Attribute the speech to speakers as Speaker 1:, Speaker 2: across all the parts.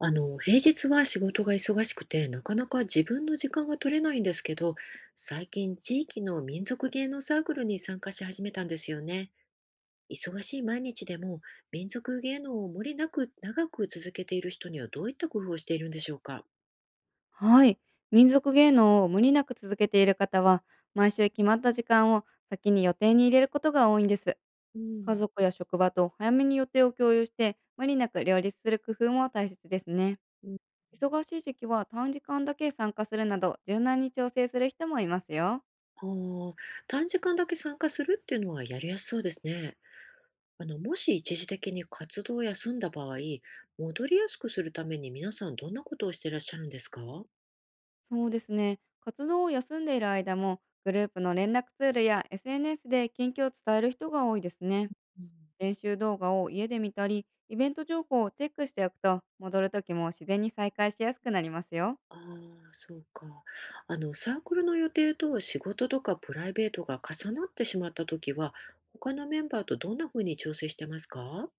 Speaker 1: 平日は仕事が忙しくて、なかなか自分の時間が取れないんですけど、最近地域の民族芸能サークルに参加し始めたんですよね。忙しい毎日でも民族芸能を無理なく長く続けている人にはどういった工夫をしているんでしょうか。
Speaker 2: はい。民族芸能を無理なく続けている方は、毎週決まった時間を先に予定に入れることが多いんです。
Speaker 1: う
Speaker 2: 家
Speaker 1: ん。
Speaker 2: 族や職場と早めに予定を共有して、無理なく両立する工夫も大切ですね。忙しい時期は短時間だけ参加するなど、柔軟に調整する人もいますよ。
Speaker 1: あー短時間だけ参加するっていうのはやりやすそうですね。もし一時的に活動を休んだ場合、戻りやすくするために皆さんどんなことをしてらっしゃるんですか。
Speaker 2: そうですね。活動を休んでいる間も、グループの連絡ツールや SNS で近況を伝える人が多いですね。
Speaker 1: うん。
Speaker 2: 練習動画を家で見たり、イベント情報をチェックしておくと、戻る時も自然に再開しやすくなりますよ。
Speaker 1: ああ、そうか。サークルの予定と仕事とかプライベートが重なってしまったときは、他のメンバーとどんなふうに調整してますか？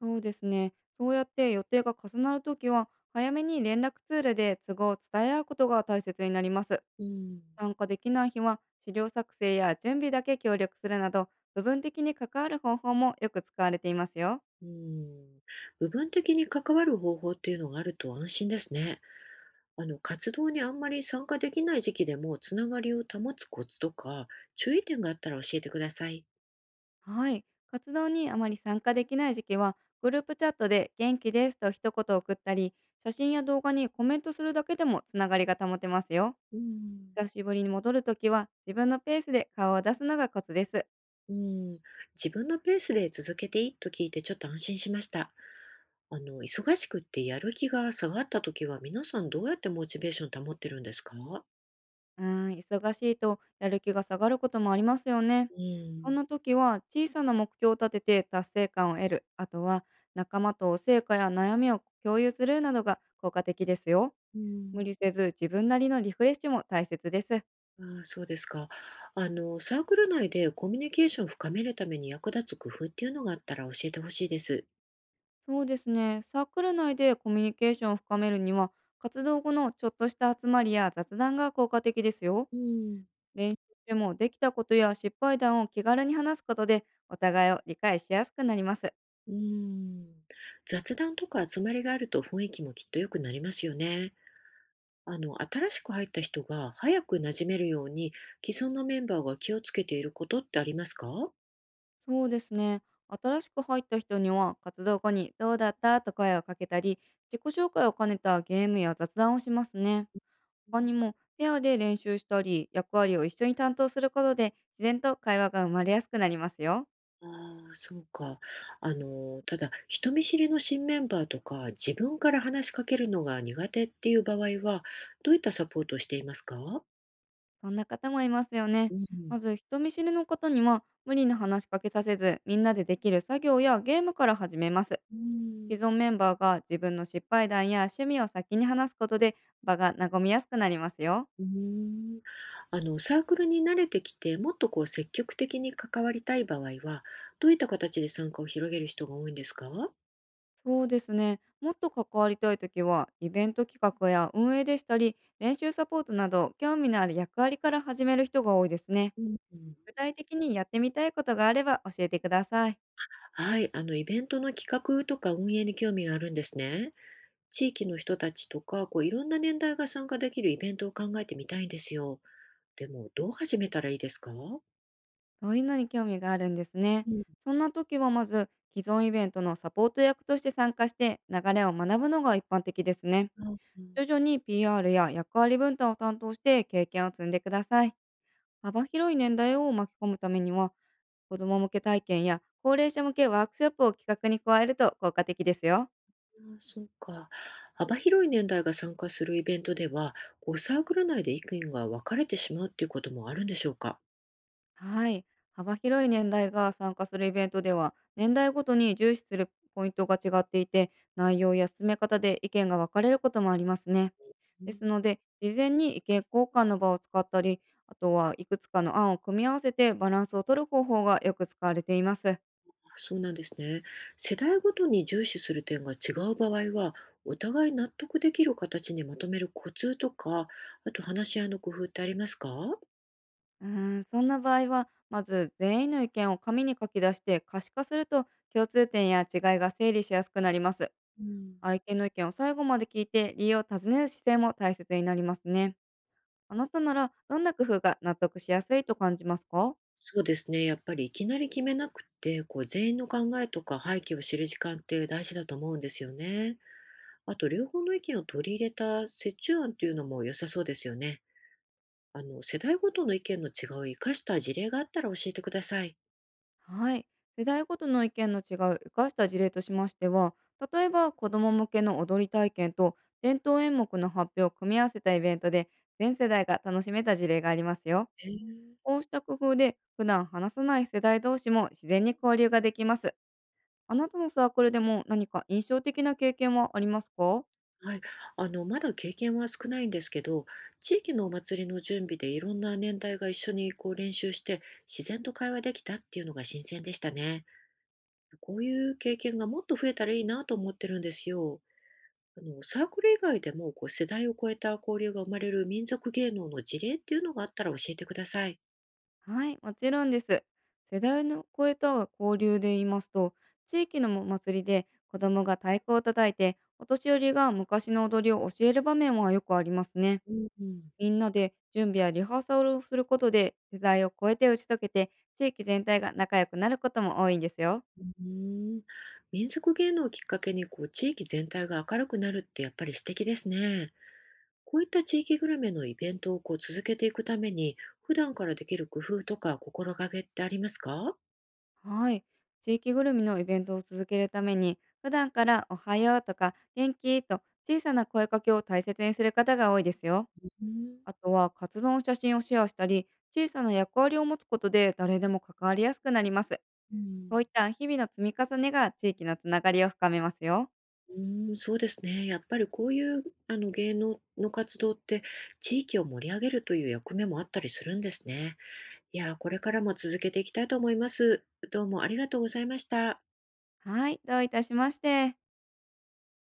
Speaker 2: そうですね。そうやって予定が重なるときは、早めに連絡ツールで都合を伝え合うことが大切になります。
Speaker 1: うん、
Speaker 2: 参加できない日は、資料作成や準備だけ協力するなど、部分的に関わる方法もよく使われていますよ。
Speaker 1: うん。部分的に関わる方法っていうのがあると安心ですね。活動にあんまり参加できない時期でもつながりを保つコツとか注意点があったら教えてください。
Speaker 2: はい。活動にあまり参加できない時期は、グループチャットで元気ですと一言送ったり、写真や動画にコメントするだけでもつながりが保てますよ。
Speaker 1: うん
Speaker 2: 久しぶりに戻るときは、自分のペースで顔を出すのがコツです。
Speaker 1: うん。自分のペースで続けていいと聞いてちょっと安心しました。忙しくってやる気が下がった時は皆さんどうやってモチベーション保ってるんですか？
Speaker 2: うーん、忙しいとやる気が下がることもありますよね。
Speaker 1: う
Speaker 2: そん
Speaker 1: ん。
Speaker 2: な時は、小さな目標を立てて達成感を得る。あとは、仲間と成果や悩みを共有するなどが効果的ですよ。
Speaker 1: う
Speaker 2: 無
Speaker 1: ん、
Speaker 2: 理せず自分なりのリフレッシュも大切です。
Speaker 1: ああ、そうですか。サークル内でコミュニケーションを深めるために役立つ工夫っていうのがあったら教えてほしいです。
Speaker 2: そうですね。サークル内でコミュニケーションを深めるには、活動後のちょっとした集まりや雑談が効果的ですよ。
Speaker 1: うん、
Speaker 2: 練習中もできたことや失敗談を気軽に話すことで、お互いを理解しやすくなります。
Speaker 1: うん。雑談とか集まりがあると雰囲気もきっと良くなりますよね。新しく入った人が早く馴染めるように既存のメンバーが気をつけていることってありますか？
Speaker 2: そうですね。新しく入った人には、活動後にどうだったと声をかけたり、自己紹介を兼ねたゲームや雑談をしますね。
Speaker 1: う
Speaker 2: 他
Speaker 1: ん。
Speaker 2: にも、ペアで練習したり、役割を一緒に担当することで、自然と会話が生まれやすくなりますよ。
Speaker 1: ああ、そうか。ただ、人見知りの新メンバーとか、自分から話しかけるのが苦手っていう場合は、どういったサポートをしていますか？
Speaker 2: そんな方もいますよね。
Speaker 1: うん。
Speaker 2: まず人見知りの方には無理な話しかけさせず、みんなでできる作業やゲームから始めます。
Speaker 1: うん、
Speaker 2: 既存メンバーが自分の失敗談や趣味を先に話すことで場が和みやすくなりますよ。
Speaker 1: うーん。サークルに慣れてきて、もっと積極的に関わりたい場合は、どういった形で参加を広げる人が多いんですか？
Speaker 2: そうですね。もっと関わりたいときは、イベント企画や運営でしたり、練習サポートなど、興味のある役割から始める人が多いですね。
Speaker 1: うん。
Speaker 2: 具体的にやってみたいことがあれば教えてください。
Speaker 1: はい、イベントの企画とか運営に興味があるんですね。地域の人たちとか、いろんな年代が参加できるイベントを考えてみたいんですよ。でも、どう始めたらいいですか？
Speaker 2: そういうのに興味があるんですね。
Speaker 1: うん、
Speaker 2: そんな時はまず既存イベントのサポート役として参加して流れを学ぶのが一般的ですね。
Speaker 1: あうん、
Speaker 2: 徐々に PR や役割分担を担当して経験を積んでください。幅広い年代を巻き込むためには子ども向け体験や高齢者向けワークショップを企画に加えると効果的ですよ。
Speaker 1: あ、そうか。幅広い年代が参加するイベントでは、サークル内で意見が分かれてしまうっていうこともあるんでしょうか？
Speaker 2: はい。幅広い年代が参加するイベントでは年代ごとに重視するポイントが違っていて、内容や進め方で意見が分かれることもありますね。ですので、事前に意見交換の場を使ったり、あとはいくつかの案を組み合わせてバランスを取る方法がよく使われています。
Speaker 1: そうなんですね。世代ごとに重視する点が違う場合は、お互い納得できる形にまとめるコツとか、あと話し合いの工夫ってありますか？
Speaker 2: うーん、そんな場合は、まず全員の意見を紙に書き出して可視化すると、共通点や違いが整理しやすくなります。
Speaker 1: うん、
Speaker 2: 相手の意見を最後まで聞いて理由を尋ねる姿勢も大切になりますね。あなたならどんな工夫が納得しやすいと感じますか？
Speaker 1: そうですね。やっぱりいきなり決めなくって、全員の考えとか背景を知る時間って大事だと思うんですよね。あと、両方の意見を取り入れた折衷案っていうのも良さそうですよね。世代ごとの意見の違いを生かした事例があったら教えてください。
Speaker 2: はい。世代ごとの意見の違いを生かした事例としましては、例えば子ども向けの踊り体験と伝統演目の発表を組み合わせたイベントで、全世代が楽しめた事例がありますよ。
Speaker 1: へえ。
Speaker 2: こうした工夫で普段話さない世代同士も自然に交流ができます。あなたのサークルでも何か印象的な経験はありますか？
Speaker 1: はい、まだ経験は少ないんですけど、地域のお祭りの準備でいろんな年代が一緒に練習して自然と会話できたっていうのが新鮮でしたね。こういう経験がもっと増えたらいいなと思ってるんですよ。サークル以外でも世代を超えた交流が生まれる民族芸能の事例っていうのがあったら教えてください。
Speaker 2: はい、もちろんです。世代の声と交流で言いますと、地域のお祭りで子供が太鼓を叩いて、お年寄りが昔の踊りを教える場面はよくありますね。
Speaker 1: うん、うん、
Speaker 2: みんなで準備やリハーサルをすることで、世代を超えて打ち解けて、地域全体が仲良くなることも多いんですよ。
Speaker 1: うーん。民族芸能をきっかけに地域全体が明るくなるってやっぱり素敵ですね。こういった地域グルメのイベントを続けていくために、普段からできる工夫とか心がけってありますか？
Speaker 2: はい、地域ぐるみのイベントを続けるために、普段からおはようとか元気と小さな声かけを大切にする方が多いですよ。
Speaker 1: うーん、
Speaker 2: あとは活動の写真をシェアしたり、小さな役割を持つことで誰でも関わりやすくなります。
Speaker 1: う
Speaker 2: こう
Speaker 1: ん。
Speaker 2: いった日々の積み重ねが地域のつながりを深めますよ。
Speaker 1: うーん、そうですね。やっぱりこういう芸能の活動って、地域を盛り上げるという役目もあったりするんですね。いやー、これからも続けていきたいと思います。どうもありがとうございました。
Speaker 2: はい、どういたしまして。